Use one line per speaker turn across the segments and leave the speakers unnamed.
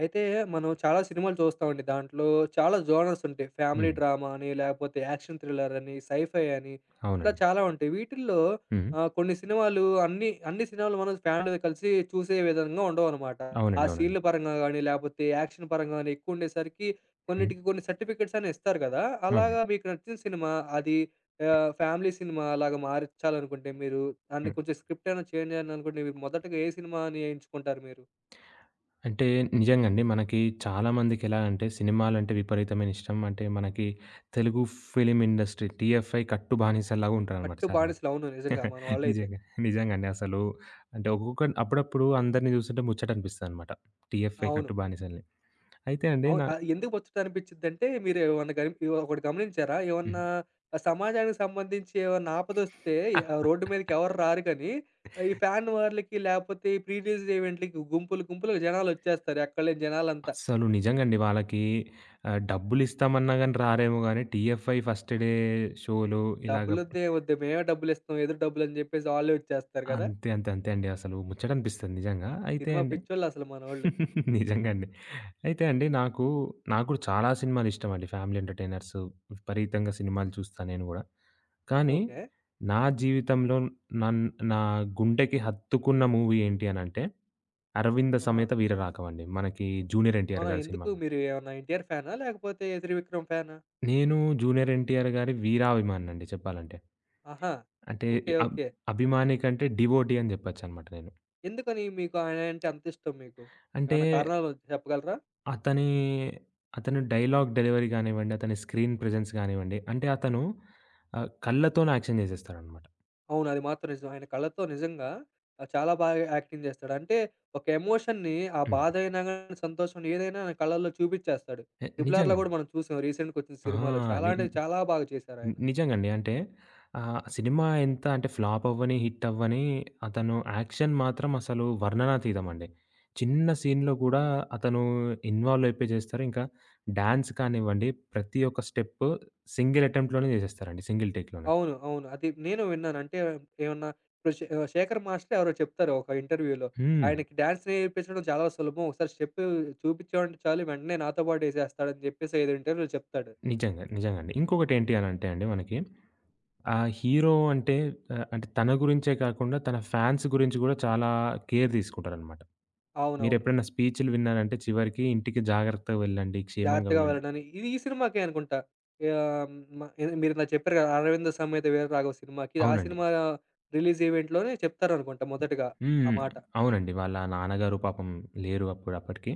అయితే మనం చాలా సినిమాలు చూస్తామండి. దాంట్లో చాలా జోనర్స్ ఉంటాయి. ఫ్యామిలీ
హ్మ్.
డ్రామా అని, లేకపోతే యాక్షన్ థ్రిల్లర్ అని, సైఫై అని ఇట్లా
అవునండి.
చాలా ఉంటాయి. వీటిల్లో
హ్మ్.
కొన్ని సినిమాలు అన్ని సినిమాలు మనం ఫ్యామిలీతో కలిసి చూసే విధంగా ఉండవనమాట. ఆ
అవునండి. అవునండి.
సీన్‌ల పరంగా గాని, లేపోతే యాక్షన్ పరంగా గాని ఎక్కువుండేసరికి
హ్మ్.
కొన్నిటికి కొన్ని సర్టిఫికేట్స్ అని ఇస్తారు కదా! అలాగా
అవునండి.
మీకు నచ్చిన సినిమా అది ఫ్యామిలీ సినిమా అలాగా మార్చాలనుకుంటే మీరు దాన్ని
హ్మ్.
కొంచెం స్క్రిప్ట్ ఏమైనా చేంజ్ చేయాలనుకుంటే మీరు మొదటగా ఏ సినిమాని ఎంచుకుంటారు మీరు?
అంటే నిజంగండి మనకి చాలా మందికెలా అంటే సినిమాలంటే విపరీతమైన ఇష్టం. అంటే మనకి తెలుగు ఫిల్మ్ ఇండస్ట్రీ టీఎఫ్ఐ కట్టు బానిసలాగా ఉంటారనమాట
పట్టు
చాలా మంది.
బానిసలు. అవును. నిజంగా మన వాళ్ళైతే.
నిజంగా. నిజంగండి. అసలు అంటే ఒక్కొక్క అప్పుడప్పుడు అందరిని చూస్తుంటే ముచ్చటనిపిస్తదనమాట. టీఎఫ్ఐ కట్టు
అవును.
బానిసల్ని. అయితే అండి
అవును.
నా
ఎందుకు ముచ్చట అనిపించిద్దంటే మీరు ఏమన్నా గని ఒకటి గమనించారా?
హ్మ్.
ఏమన్నా సమాజానికి సంబంధించి ఏమన్నా ఆపదొస్తే రోడ్డు మీదకి ఎవరు రారు కానీ ఈ ఫ్యాన్ వార్లకి లేకపోతే ఈ ప్రీ రిలీజ్ ఈవెంట్‌లకి గుంపులు గుంపులుగా జనాలొచ్చేస్తారు. ఎక్కడలేని జనాలంతా.
అస్సలు నిజంగండి. వాళ్ళకి డబ్బులిస్తామన్నా గాని రారేమో గాని టీఎఫ్ఐ ఫస్ట్ డే షోలు ఇలాగ
డబ్బులొద్దే వద్దు మేమే డబ్బులిస్తాం ఎదురు డబ్బులని చెప్పేసి వాళ్ళే వచ్చేస్తారు కదా!
అంతే. అంతే. అంతే అండి. అసలు ముచ్చటనిపిస్తది నిజంగా. అయితే
సినిమా
అండి
పిచ్చోళ్ళసలు మనోళ్ళు.
నిజంగా అండి. అయితే అండి నాకు, నాకు కూడా చాలా సినిమాలిష్టమండి. ఫ్యామిలీ ఎంటర్‌టైనర్స్ విపరీతంగా సినిమాలు చూస్తా నేను గూడా. కానీ
ఓకే.
నా జీవితంలో నన్ నా గుండెకి హత్తుకున్న మూవీ ఏంటి అనంటే 'అరవింద
ఆహా!
సమేత వీరరాఘవ' అండి. మనకి జూనియర్ ఎన్టీఆర్
అవునా?
గారి సినిమా
ఎందుకు
అనమాట.
మీరు ఏమన్నా ఎన్టీఆర్ ఫ్యానా? లేకపోతే త్రివిక్రమ్ ఫ్యానా?
నేను జూనియర్ ఎన్టీఆర్ గారి వీరాభిమానినండి చెప్పాలంటే.
ఆహా!
అంటే
ఓకే.
అబ్
ఓకే.
అభిమాని కంటే డివోటీ అని జెప్పొచ్చనమాట నేను.
ఎందుకని మీకు ఆయనంటే అంత ఇష్టం మీకు?
అంటే
ఏమన్నా కారణాలు చెప్పగలరా?
అతని, అతని డైలాగ్ డెలివరీ గానివ్వండి, అతని స్క్రీన్ ప్రెజెన్స్ గానివ్వండి, అంటే అతను కళ్ళతోనే యాక్షన్ జేసేస్తాడనమాట.
అవును. అది మాత్రం నిజం. ఆయన కళ్ళతో నిజంగా చాలా బాగా యాక్టింగ్ చేస్తాడు. అంటే ఒక ఎమోషన్‌ని ఆ
హ్మ్.
బాధైనా గాని, సంతోషం ఏదైనా ఆయన కళ్ళల్లో చూపిచ్చేస్తాడు. 'ట్రిపుల్ ఆర్'లో
నిజంగండి.
గూడా మనం చూసాం రీసెంట్‌గా వచ్చిన
ఆ!
సినిమాలో. చాలా
ని
అంటే
ని
చాలా బాగా చేశారాయన.
నిజంగండి. అంటే సినిమా ఎంత అంటే ఫ్లాప్ అవ్వని, హిట్ అవ్వని అతను యాక్షన్ మాత్రం అసలు వర్ణనాతీతమండి. చిన్న సీన్‌లో గూడా అతను ఇన్వాల్వ్ అయిపోయి జేస్తారు. ఇంకా డాన్స్ కానివ్వండి, ప్రతి ఒక్క స్టెప్పు సింగిల్ అటెంప్ట్‌లోనే జేసేస్తారండి. సింగిల్ టేక్‌లోనే.
అవును. అవును. అది నేను విన్నాను. అంటే ఏమన్నా ఇప్పుడు 'శేఖర్ మాస్టర్' ఎవరో చెప్తారు ఒక ఇంటర్వ్యూలో.
హ్మ్.
ఆయనకి డాన్స్ నేర్పించడం చాలా సులభం. ఒకసారి స్టెప్ చూపిచ్చామంటే చాలు వెంటనే నాతో పాటు ఎసేస్తాడని చెప్పేసి ఏదో ఇంటర్వ్యూలో చెప్తాడు.
నిజంగా. నిజంగండి. ఇంకొకటేంటి అనంటే అండి మనకి ఆ హీరో అంటే అంటే తన గురించే కాకుండా తన ఫ్యాన్స్ గురించి గూడా చాలా కేర్ తీసుకుంటారనమాట.
అవునవును.
మీరెప్పుడైనా స్పీచ్‌లు విన్నారంటే చివరికి ఇంటికి జాగ్రత్తగా వెళ్ళండి, క్షేమంగా
జాగ్రత్తగా
వెళ్ళండి.
వెళ్ళడానికి. ఇది ఈ సినిమాకే అనుకుంటా. ఆహ్, మ మీరిందాక చెప్పారు కదా! 'అరవింద సమేత వీరరాఘవ' సినిమాకి, ఆ
అవునండి.
సినిమా రిలీజ్ ఈవెంట్‌లోనే చెప్తారనుకుంటా మొదటగా ఆ
హ్మ్.
మాట.
అవునండి. వాళ్ళ నాన్నగారు పాపం లేరు అప్పుడు అప్పటికి.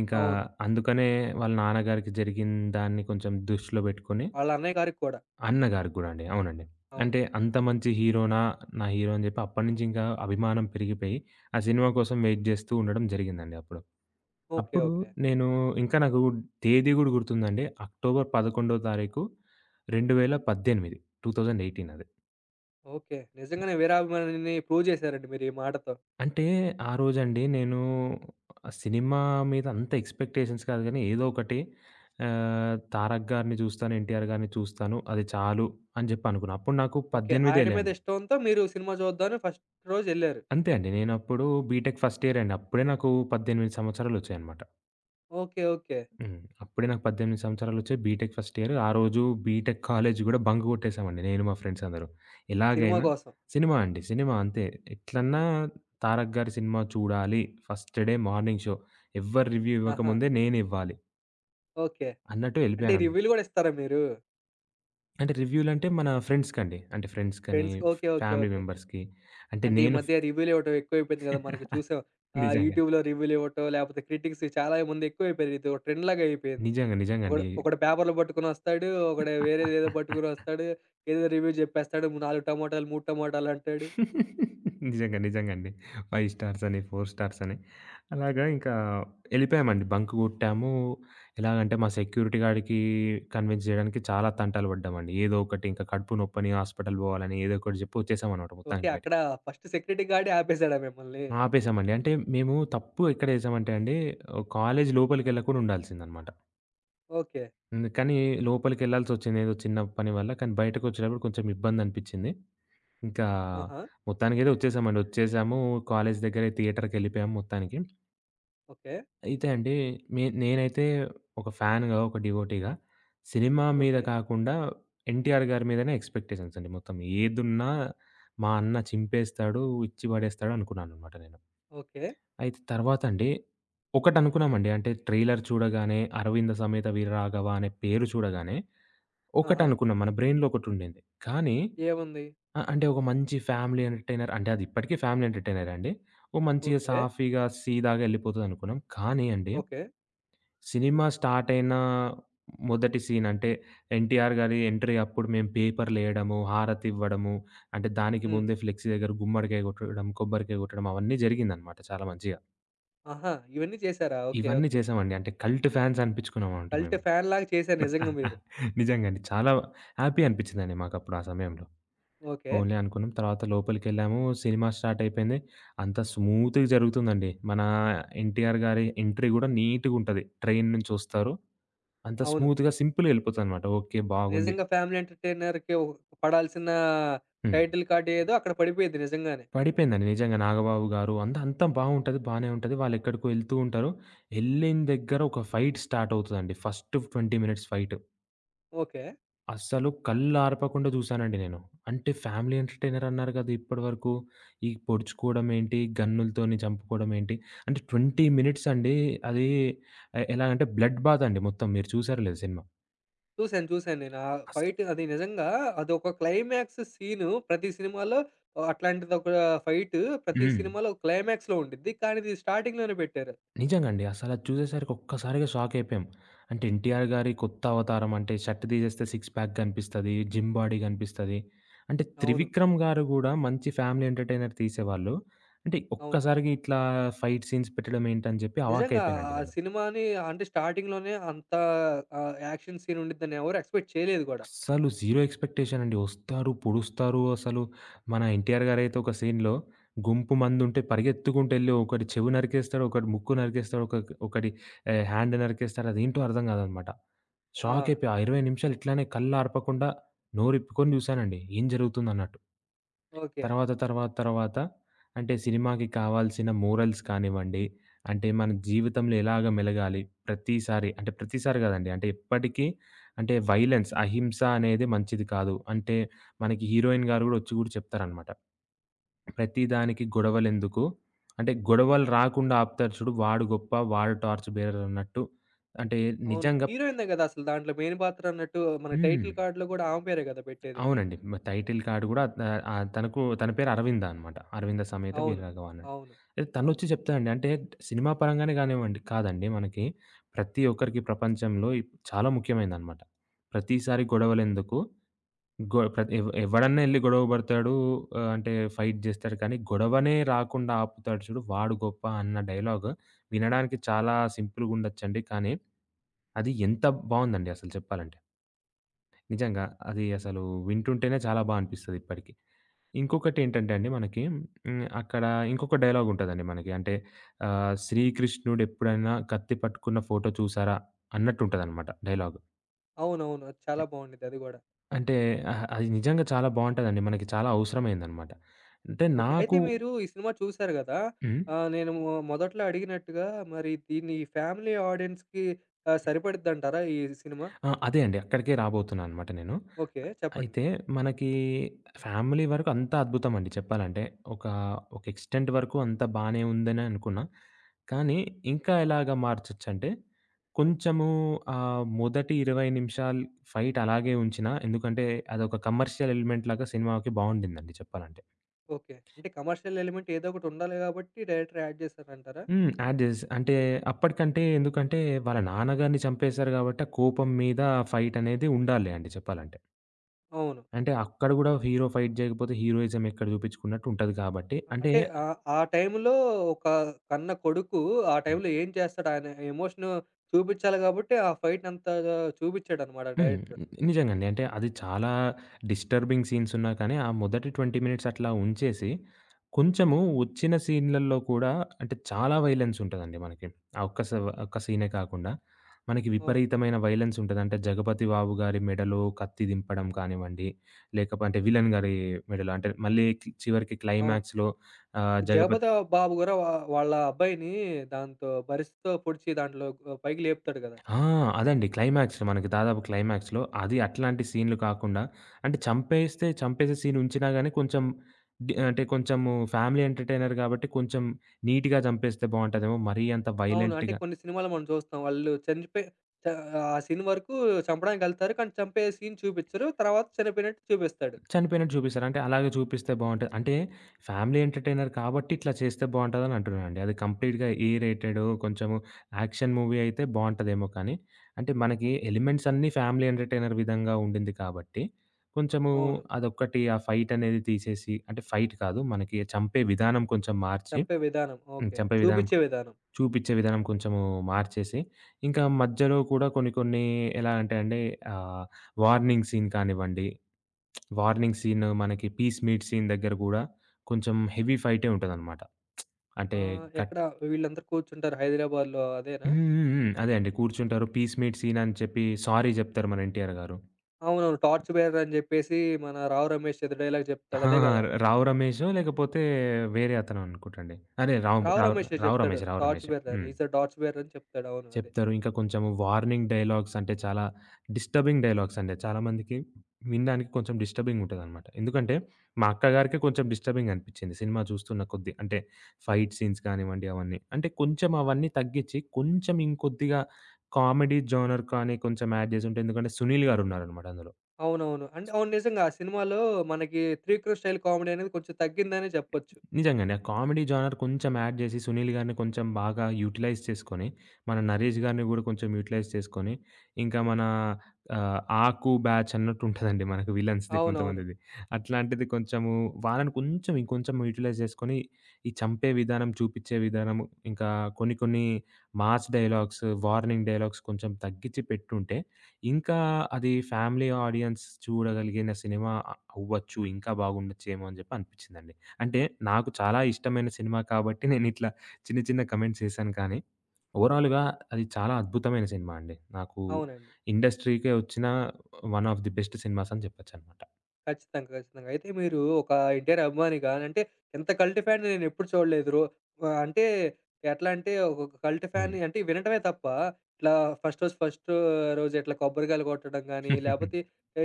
ఇంకా
అవును.
అందుకనే వాళ్ళ నాన్నగారికి జరిగిన దాన్ని కొంచెం దృష్టిలో పెట్టుకొని
వాళ్ళ అన్నయ్య గారికి కూడా.
అన్నగారికి గూడా అండి. అవునండి.
అవును.
అంటే అంత మంచి హీరోనా, నా హీరో అని జెప్పి అప్పటినుంచి ఇంకా అభిమానం పెరిగిపోయి, ఆ సినిమా కోసం వెయిట్ జేస్తూ ఉండడం జరిగిందండి అప్పుడు.
ఓకే.
అప్పుడు
ఓకే.
నేను ఇంకా నాకు తేదీ గూడా గుర్తుందండి. అక్టోబర్ 11 తారీఖు, 2018 2018 అది.
ఓకే. నిజంగానే వీరాభిమానిని ప్రూవ్ చేశారండి మీరు ఈ మాటతో.
అంటే ఆ రోజండి నేను ఆ సినిమా మీద అంత ఎక్స్‌పెక్టేషన్స్ కాదు గానీ ఏదో ఒకటి, 'తారక్' గారిని చూస్తాను, 'ఎన్టీఆర్' గారిని చూస్తాను. అది చాలు అని జెప్పి అనుకున్నా. అప్పుడు నాకు
ఓకే.
18
ఆయన
ఏళ్ళే
మీద
అండి.
ఇష్టంతో మీరు సినిమా చూద్దామని ఫస్ట్ రోజెళ్లారు.
అంతే అండి. నేనప్పుడు బీటెక్ ఫస్ట్ ఇయర్ అండి. అప్పుడే నాకు 18 సంవత్సరాలొచ్చాయనమాట.
ఓకే. ఓకే.
హ్మ్. అప్పుడే నాకు 18 సంవత్సరాలొచ్చాయి. BTech first year. ఆ రోజు బీటెక్ కాలేజీ గూడా బంక్ గొట్టేసామండి నేను మా ఫ్రెండ్స్ అందరూ.
సినిమా
ఎలాగైనా
కోసం.
సినిమా అండి. సినిమా అంతే. ఎట్లన్నా 'తారక్' గారి సినిమా చూడాలి. First day morning show. ఎవ్వరు రివ్యూ
ఆహా!
ఇవ్వకముందే నేనివ్వాలి
ఓకే.
అన్నట్టు
అంటే
ఎళ్ళిపోయాననమాట.
రివ్యూలు గూడా ఇస్తారా మీరు?
అంటే రివ్యూలంటే మన ఫ్రెండ్స్‌కండి. అంటే ఫ్రెండ్స్‌కని,
ఫ్రెండ్స్‌కి ఓకే. ఓకే.
Family
okay.
మెంబర్స్‌కి. అంటే
అంటే ఈ
నేను
మధ్య రివ్యూలు ఇవ్వటం ఎక్కువైపోయింది కదా! మనకి చూసాం.
నిజంగా.
యూట్యూబ్‌లో రివ్యూలు ఇవ్వటం, లేపోతే క్రిటిక్స్ చాలా మంది ఎక్కువైపోయారు. ఇది ఒక ట్రెండ్ లాగా అయిపోయింది.
నిజంగా
ఒకడు
అండి.
ఒకడు పేపర్‌లు పట్టుకొనొస్తాడు. ఒకడు వేరేదేదో పట్టుకొనొస్తాడు. ఏదో రివ్యూ జెప్పేస్తాడు. 4 టమోటాలు, 3 టమోటాలు అంటాడు.
నిజంగండి. 5 స్టార్స్ అని, 4 స్టార్స్ అని అలాగా ఇంకా ఎళ్ళిపోయామండి. బంక్ కొట్టాము. ఎలాగంటే మా సెక్యూరిటీ గాడికి కన్విన్స్ జేయడానికి చాలా తంటాలు పడ్డామండి. ఏదో ఒకటి ఇంకా కడుపు నొప్పని హాస్పిటల్ పోవాలని ఏదో ఒకటి జెప్పి వచ్చేసామనమాట
ఓకే.
మొత్తానికి బయటికి.
అక్కడ ఫస్ట్ సెక్యూరిటీ గార్డే ఆపేసాడా మిమ్మల్ని?
ఆపేసామండి. అంటే మేము తప్పు ఎక్కడ జేసామంటే అండి కాలేజ్ లోపలికెళ్ళకుండా ఉండాల్సిందనమాట.
ఓకే.
కానీ లోపలికెళ్ళాల్సొచ్చింది ఏదో చిన్న పని వల్ల. కానీ బయటకొచ్చేటప్పుడు కొంచెం ఇబ్బందనిపిచ్చింది. ఇంకా
ఆహా!
మొత్తానికైతే వచ్చేసామండి. వచ్చేసాము. కాలేజ్ దగ్గరే థియేటర్‌కెళ్ళిపోయాము మొత్తానికి.
ఓకే.
అయితే అండి నేనైతే ఒక ఫ్యాన్‌గా, ఒక డివోటీగా సినిమా మీద
ఓకే.
కాకుండా ఎన్టీఆర్ గారి మీదనే ఎక్స్‌పెక్టేషన్స్ అండి మొత్తం. ఏదున్నా మా అన్న చింపేస్తాడు, ఇచ్చి పడేస్తాడు అనుకున్నాననమాట నేను.
ఓకే.
అయితే తర్వాత అండి ఒకటనుకున్నామండి. అంటే ట్రైలర్ చూడగానే 'అరవింద సమేత వీర రాఘవ' అనే పేరు చూడగానే
ఆహా!
ఒకటనుకున్నాం. మన బ్రెయిన్‌లో ఒకటుండింది. కానీ
ఏముంది?
ఆ! అంటే ఒక మంచి ఫ్యామిలీ ఎంటర్‌టైనర్ అంటే అది ఇప్పటికి ఫ్యామిలీ ఎంటర్‌టైనరే అండి. ఓ మంచిగా
ఓకే.
సాఫీగా సీదాగా ఎళ్ళిపోతదనుకున్నాం. కానీ అండి,
ఓకే.
సినిమా స్టార్ట్ అయిన మొదటి సీన్ అంటే 'ఎన్టీఆర్' గారి ఎంట్రీ అప్పుడు మేము పేపర్‌లేయడము, హారతి ఇవ్వడము, అంటే దానికి
హ్మ్.
ముందే ఫ్లెక్సీ దగ్గర గుమ్మడికాయ కొట్టడం, కొబ్బరికాయ కొట్టడం అవన్నీ జరిగిందనమాట చాలా మంచిగా.
ఆహా! ఇవన్నీ చేసారా? ఓకే.
ఇవన్నీ
ఓకే.
చేసామండి. అంటే కల్ట్ ఫ్యాన్స్ అనిపించుకున్నామంట
కల్ట్
మేము.
ఫ్యాన్ లాగా చేసారు నిజంగా మీరు.
నిజంగా అండి. చాలా హ్యాపీ అనిపించిందండి మాకప్పుడు ఆ సమయంలో.
ఓకే.
పోన్లే అనుకున్నాం. తర్వాత లోపలికెళ్ళాము. సినిమా స్టార్ట్ అయిపోయింది. అంతా స్మూత్‌గా జరుగుతుందండి. మన 'ఎన్టీఆర్' గారి ఎంట్రీ గూడా నీట్‌గుంటది. ట్రైన్ నుంచొస్తారు. అంత
అవును.
స్మూత్‌గా సింపుల్‌గా ఎళ్ళిపోతదనమాట. ఓకే. బాగుంది.
నిజంగా ఫ్యామిలీ ఎంటర్‌టైనర్‌కి ఓ పడాల్సిన
హ్మ్.
టైటిల్ కార్డ్ ఏదో అక్కడ పడిపోయిద్ది నిజంగానే.
పడిపోయిందండి నిజంగా. నాగబాబు గారు అంతా బావుంటది. బానే ఉంటది. వాళ్ళెక్కడికో ఎళ్తూ ఉంటారు. ఎళ్ళిన దగ్గర ఒక ఫైట్ స్టార్ట్ అవుతదండి. First 20 minutes fight.
ఓకే.
అస్సలు కళ్ళార్పకుండా చూసానండి నేను. అంటే ఫ్యామిలీ ఎంటర్‌టైనర్ అన్నారు కదా! ఇప్పటివరకు ఈ పొడుచుకోవడం ఏంటి, గన్నులతోని చంపుకోవడం ఏంటి, అంటే 20 మినిట్స్ అండి. అది ఎలా అంటే బ్లడ్ బాత్ అండి మొత్తం. మీరు చూసారో లేదో సినిమా.
చూసాను. చూసాను నేను. ఆ
అస్
ఫైట్ అది నిజంగా అదొక క్లైమాక్స్ సీను ప్రతి సినిమాలో అట్లాంటిదొక ఫైట్ ప్రతి
హ్మ్.
సినిమాలో క్లైమాక్స్‌లో ఉండిద్ది. కానీ ఇది స్టార్టింగ్‌లోనే పెట్టారు.
నిజంగండి. అసలది చూసేసరికి ఒక్కసారిగా షాకయిపోయాం. అంటే 'ఎన్టీఆర్' గారి కొత్త అవతారం అంటే షర్ట్ తీసేస్తే సిక్స్ ప్యాక్ కనిపిస్తది. జిమ్ బాడీ కనిపిస్తది. అంటే
అవును.
'త్రివిక్రమ్' గారు గూడా మంచి ఫ్యామిలీ ఎంటర్‌టైనర్ తీసేవాళ్ళు. అంటే
అవును.
ఒక్కసారిగా ఇట్లా ఫైట్ సీన్స్ పెట్టడం ఏంటని జెప్పి
నిజంగా
అవాక్కయిపోయానండి
ఆ
నేను.
సినిమాని అంటే స్టార్టింగ్‌లోనే అంత యాక్షన్ సీన్ ఉండిద్దని ఎవరు ఎక్స్‌పెక్ట్ చేయలేదు గూడా.
అస్సలు జీరో ఎక్స్‌పెక్టేషన్ అండి. వస్తారు, పొడుస్తారు అసలు. మన 'ఎన్టీఆర్' గారైతే ఒక సీన్‌లో గుంపు మందుంటే పరిగెత్తుకుంటెళ్ళి ఒకడి చెవి నరికేస్తాడు, ఒకడి ముక్కు నరికేస్తాడు, ఒకడి హ్యాండ్ నరికేస్తాడు. అదేంటో అర్థం గాదనమాట.
ఆ!
షాకయిపోయి ఆ 20 నిమిషాలు ఇట్లానే కళ్ళార్పకుండా నోరిప్పుకొని జూసానండి. ఏం జరుగుతుందన్నట్టు.
ఓకే.
తర్వాత అంటే సినిమాకి కావాల్సిన మోరల్స్ కానివ్వండి, అంటే మన జీవితంలో ఎలాగ మెలగాలి, ప్రతిసారి గాదండి. అంటే ఎప్పటికీ అంటే వైలెన్స్, అహింస అనేది మంచిది కాదు. అంటే మనకి హీరోయిన్ గారు గూడా ఒచ్చి గూడా చెప్తారనమాట. ప్రతి దానికి గొడవలెందుకు? అంటే గొడవలు రాకుండా ఆపుతారు చూడు వాడు గొప్ప, వాడు టార్చ్ బేరర్ అన్నట్టు. అంటే
అవును.
నిజంగా
హీరోయినే గదా! అసలు దాంట్లో మెయిన్ పాత్ర అన్నట్టు మన
హ్మ్.
టైటిల్ కార్డ్‌లో గూడా ఆమె పేరే గదా! పెట్టేది.
అవునండి. టైటిల్ కార్డ్ గూడా ఆహ్, ఆహ్, తనకు తన పేరు అరవింద అనమాట. 'అరవింద సమేత వీర
అవును.
రాఘవ' అన్నట్టు.
అవును.
అయితే
అవును.
తనొచ్చి చెప్తదండి. అంటే సినిమా పరంగానే గానివ్వండి కాదండి మనకి ప్రతి ఒక్కరికి ప్రపంచంలో చాలా ముఖ్యమైనదనమాట. ప్రతిసారి గొడవలెందుకు? గొ ప్రతి ఎవ్ ఎవడన్నా ఎళ్లి గొడవ పడతాడు, అంటే ఫైట్ జేస్తాడు కానీ గొడవనే రాకుండా ఆపుతాడు చూడు వాడు గొప్ప అన్న డైలాగ్ వినడానికి చాలా సింపుల్‌గుండొచ్చండి. కానీ అది ఎంత బావుందండి అసలు చెప్పాలంటే. నిజంగా అది అసలు వింటుంటేనే చాలా బా అనిపిస్తది ఇప్పటికి. ఇంకొకటేంటంటే అండి మనకి అక్కడ ఇంకొక డైలాగ్ ఉంటదండి మనకి. అంటే శ్రీకృష్ణుడెప్పుడైనా కత్తి పట్టుకున్న ఫోటో చూసారా అన్నట్టుంటదనమాట డైలాగు.
అవునవును. అది చాలా బావుండిద్ది అది గూడా.
అంటే అహా! అది నిజంగా చాలా బావుంటదండి. మనకి చాలా అవసరమైందనమాట. అంటే
ఓకే. అయితే
నాకు
మీరు ఈ సినిమా చూసారు గదా!
హ్మ్.
నేను మొదట్లో అడిగినట్టుగా మరి దీన్ని ఫ్యామిలీ ఆడియన్స్‌కి సరిపడిద్దంటారా ఈ సినిమా?
ఆ! అదే అండి. అక్కడికే రాబోతున్నా అనమాట నేను.
ఓకే. చెప్పండి.
అయితే మనకి ఫ్యామిలీ వరకు అంతా అద్భుతమండి చెప్పాలంటే. ఒక, ఒక ఎక్స్‌టెంట్ వరకు అంతా బానే ఉందనే అనుకున్నా. కానీ ఇంకా ఎలాగా మార్చొచ్చంటే, కొంచెము మొదటి 20 నిమిషాలు ఫైట్ అలాగే ఉంచినా ఎందుకంటే అదొక కమర్షియల్ ఎలిమెంట్ లాగా సినిమాకి బావుండిందండి చెప్పాలంటే.
ఓకే. అంటే కమర్షియల్ ఎలిమెంట్ ఏదో ఒకటి ఉండాలి గాబట్టి డైరెక్టర్ యాడ్ జేసారంటారా?
యాడ్ జేస్ అంటే అప్పటికంటే ఎందుకంటే వాళ్ళ నాన్నగారిని చంపేశారు గాబట్టి ఆ కోపం మీద ఫైట్ అనేది ఉండాలి అండి చెప్పాలంటే.
అవును.
అంటే అక్కడ గూడా హీరో ఫైట్ జేయకపోతే హీరోయిజం ఎక్కడ జూపిచ్చుకున్నట్టు ఉంటది కాబట్టి అంటే
అంటే ఆ టైంలో ఒక కన్న కొడుకు ఆ టైంలో ఏం చేస్తాడు? ఆయన ఎమోషన్ చూపిచ్చాలి గాబట్టి ఆ ఫైట్‌నంతగా చూపిచ్చాడనమాట
హ్మ్.
డైరెక్టర్.
నిజంగండి. అంటే అది చాలా డిస్టర్బింగ్ సీన్స్ ఉన్నా కానీ, ఆ మొదటి 20 మినిట్స్ అట్లా ఉంచేసి, కొంచెము వచ్చిన సీన్‌లలో కూడా అంటే చాలా వైలెన్స్ ఉంటదండి మనకి. ఆ ఒక్క స ఒక్క సీనే కాకుండా, మనకి
ఓకే.
విపరీతమైన వైలెన్స్ ఉంటది. అంటే 'జగపతి బాబు' గారి మెడలో కత్తి దింపడం కానివ్వండి, లేకపోతే విలన్ గారి మెడలో అంటే మళ్ళీ చివరికి
అవును.
క్లైమాక్స్‌లో ఆహ్, 'జగపతి
జగపతి బాబు గూడా వాళ్ళ అబ్బాయిని దాంతో బరిస్తో పొడిచి దాంట్లో పైకి లేపుతాడు గదా!
ఆ! అదండి. క్లైమాక్స్ మనకి దాదాపు క్లైమాక్స్‌లో అది అట్లాంటి సీన్‌లు కాకుండా అంటే చంపేస్తే చంపేసే సీన్ ఉంచినా గాని కొంచెం డి అంటే కొంచెము ఫ్యామిలీ ఎంటర్‌టైనర్ కాబట్టి కొంచెం నీట్‌గా చంపేస్తే బావుంటదేమో. మరీ అంత
అవును. అంటే
వైలెంట్‌గా
కొన్ని సినిమాల్లో మనం చూస్తాం. వాళ్ళు చనిపోయి చ ఆ సీన్ వరకు చంపడానికెళ్తారు. కానీ చంపే సీన్ చూపిచ్చరు. తర్వాత చనిపోయినట్టు చూపిస్తాడు.
చనిపోయినట్టు చూపిస్తారు. అంటే అలాగే చూపిస్తే బావుంటది. అంటే ఫ్యామిలీ ఎంటర్‌టైనర్ కాబట్టి ఇట్లా చేస్తే బావుంటదని అంటున్నానండి. అది కంప్లీట్‌గా ఏ రేటెడ్ కొంచెము యాక్షన్ మూవీ అయితే బావుంటదేమో కానీ, అంటే మనకి ఎలిమెంట్స్ అన్నీ ఫ్యామిలీ ఎంటర్‌టైనర్ విధంగా ఉండింది కాబట్టి, కొంచెము
అవును.
అదొక్కటి ఆ ఫైట్ అనేది తీసేసి అంటే ఫైట్ కాదు. మనకి చంపే విధానం కొంచెం మార్చి
చంపే విధానం. ఓకే.
చంపే విధానం
చూపిచ్చే విధానం.
చూపిచ్చే విధానం కొంచెము మార్చేసి, ఇంకా మధ్యలో కూడా కొన్ని కొన్ని ఎలా అంటే అండి, ఆహ్, వార్నింగ్ సీన్ కానివ్వండి వార్నింగ్ సీన్, మనకి పీస్ మీట్ సీన్ దగ్గర గూడా కొంచెం హెవీ ఫైటే ఉంటదనమాట. అంటే కట్
ఎక్కడ వీళ్ళందరూ కూర్చుంటారు హైదరాబాద్‌లో అదేనా?
హ్మ్. హ్మ్. హ్మ్. అదే అండి. కూర్చుంటారు. పీస్ మీట్ సీన్ అని చెప్పి సారీ జెప్తారు మన ఎన్టీఆర్ గారు.
అవునవును. 'టార్చ్ బేరర్' అని జెప్పేసి మన 'రావు రమేష్' ఏదో డైలాగ్ జెప్తాడు
ఆ!
అదే గదా!
'రావు రమేషో' లేకపోతే వేరే అతను అనుకుంటండి. అదే రావు
'రావు
రావు
రమేషే'
'రావు
జెప్తాడు.
రమేష్.' 'రావు
'టార్చ్
రమేష్.'
బేరర్' అని.
హ్మ్.
ఈస్ ఎ టార్చ్ బేరర్ అని చెప్తాడు. అవును. అదే.
చెప్తారు. ఇంకా కొంచెం వార్నింగ్ డైలాగ్స్ అంటే చాలా డిస్టర్బింగ్ డైలాగ్స్ అండి. చాలామందికి వినడానికి కొంచెం డిస్టర్బింగ్ ఉంటదనమాట. ఎందుకంటే మా అక్కగారికే కొంచెం డిస్టర్బింగ్ అనిపిచ్చింది సినిమా చూస్తున్న కొద్దీ. అంటే ఫైట్ సీన్స్ కానివ్వండి అవన్నీ. అంటే కొంచెం అవన్నీ తగ్గిచ్చి కొంచెం ఇంకొద్దిగా కామెడీ జోనర్ కానీ కొంచెం యాడ్ జేసుంటే ఎందుకంటే సునీల్ గారున్నారనమాట అందులో.
అవునవును. అంటే అవును నిజంగా. ఆ సినిమాలో మనకి 'త్రివిక్రమ్' స్టైల్ కామెడీ అనేది కొంచెం తగ్గిందనే చెప్పొచ్చు.
నిజంగానే. ఆ కామెడీ జోనర్ కొంచెం యాడ్ జేసి 'సునీల్' గారిని కొంచెం బాగా యుటిలైజ్ చేసుకొని, మన 'నరేష్' గారిని గూడా కొంచెం యుటిలైజ్ చేసుకొని, ఇంకా మన ఆహ్, 'ఆకు' బ్యాచ్ అన్నట్టు ఉంటదండి మనకు విలన్స్‌ది
అవునవును.
కొంతమందిది. అట్లాంటిది కొంచెము వాళ్ళని కొంచెం ఇంకొంచెం యుటిలైజ్ చేసుకొని, ఈ చంపే విధానం, చూపిచ్చే విధానం, ఇంకా కొన్ని కొన్ని మాస్ డైలాగ్స్, వార్నింగ్ డైలాగ్స్ కొంచెం తగ్గిచ్చి పెట్టుంటే, ఇంకా అది ఫ్యామిలీ ఆడియన్స్ చూడగలిగిన సినిమా అవ్వచ్చు. ఇంకా బాగుండొచ్చేమో అని జెప్పి అనిపిచ్చిందండి. అంటే నాకు చాలా ఇష్టమైన సినిమా కాబట్టి నేనిట్లా చిన్న చిన్న కమెంట్స్ చేశాను కానీ, ఓవరాల్‌గా అది చాలా అద్భుతమైన సినిమా అండి. నాకు
అవునండి.
ఇండస్ట్రీకే వచ్చిన one of the best cinemas అని చెప్పొచ్చనమాట.
ఖచ్చితంగా. ఖచ్చితంగా. అయితే మీరు ఒక ఎన్టీఆర్ అభిమానిగా అంటే ఇంత కల్ట్ ఫ్యాన్‌ని నేనెప్పుడు చూడలేదు. అంటే ఎట్లా అంటే ఒక కల్ట్
హ్మ్.
ఫ్యాన్‌ని అంటే వినటమే తప్ప ఇట్లా ఫస్ట్ రోజు ఇట్లా కొబ్బరికాయలు కొట్టడం గానీ, లేపోతే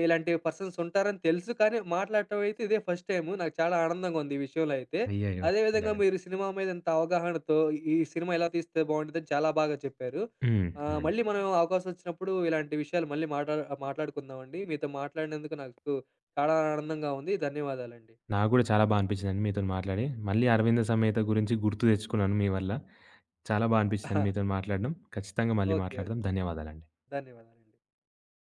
ఇలాంటి పర్సన్స్ ఉంటారని తెలుసు. కానీ మాట్లాడటం అయితే ఇదే ఫస్ట్ టైము. నాకు చాలా ఆనందంగా ఉంది ఈ విషయంలో అయితే.
అయ్యయ్యో!
అదే విధంగా
అలాగా.
మీరు సినిమా మీద ఇంత అవగాహనతో ఈ సినిమా ఎలా తీస్తే బావుండిద్దని చాలా బాగా చెప్పారు.
అవునండి.
మళ్ళీ మనం అవకాశం వచ్చినప్పుడు ఇలాంటి విషయాలు మళ్ళీ మాట్లాడుకుందామండి. మీతో మాట్లాడినందుకు నాకు చాలా ఆనందంగా ఉంది. ధన్యవాదాలండి.
నాకు గూడా చాలా బా అనిపించిందండి మీతోని మాట్లాడి. మళ్ళీ 'అరవింద సమేత' గురించి గుర్తు తెచ్చుకున్నాను మీ వల్ల. చాలా బా అనిపించిందండి మీతోని మాట్లాడడం. ఖచ్చితంగా మళ్ళీ
ఓకే.
మాట్లాడదాం.
ఓకే.
ధన్యవాదాలండి.
ధన్యవాదాలండి.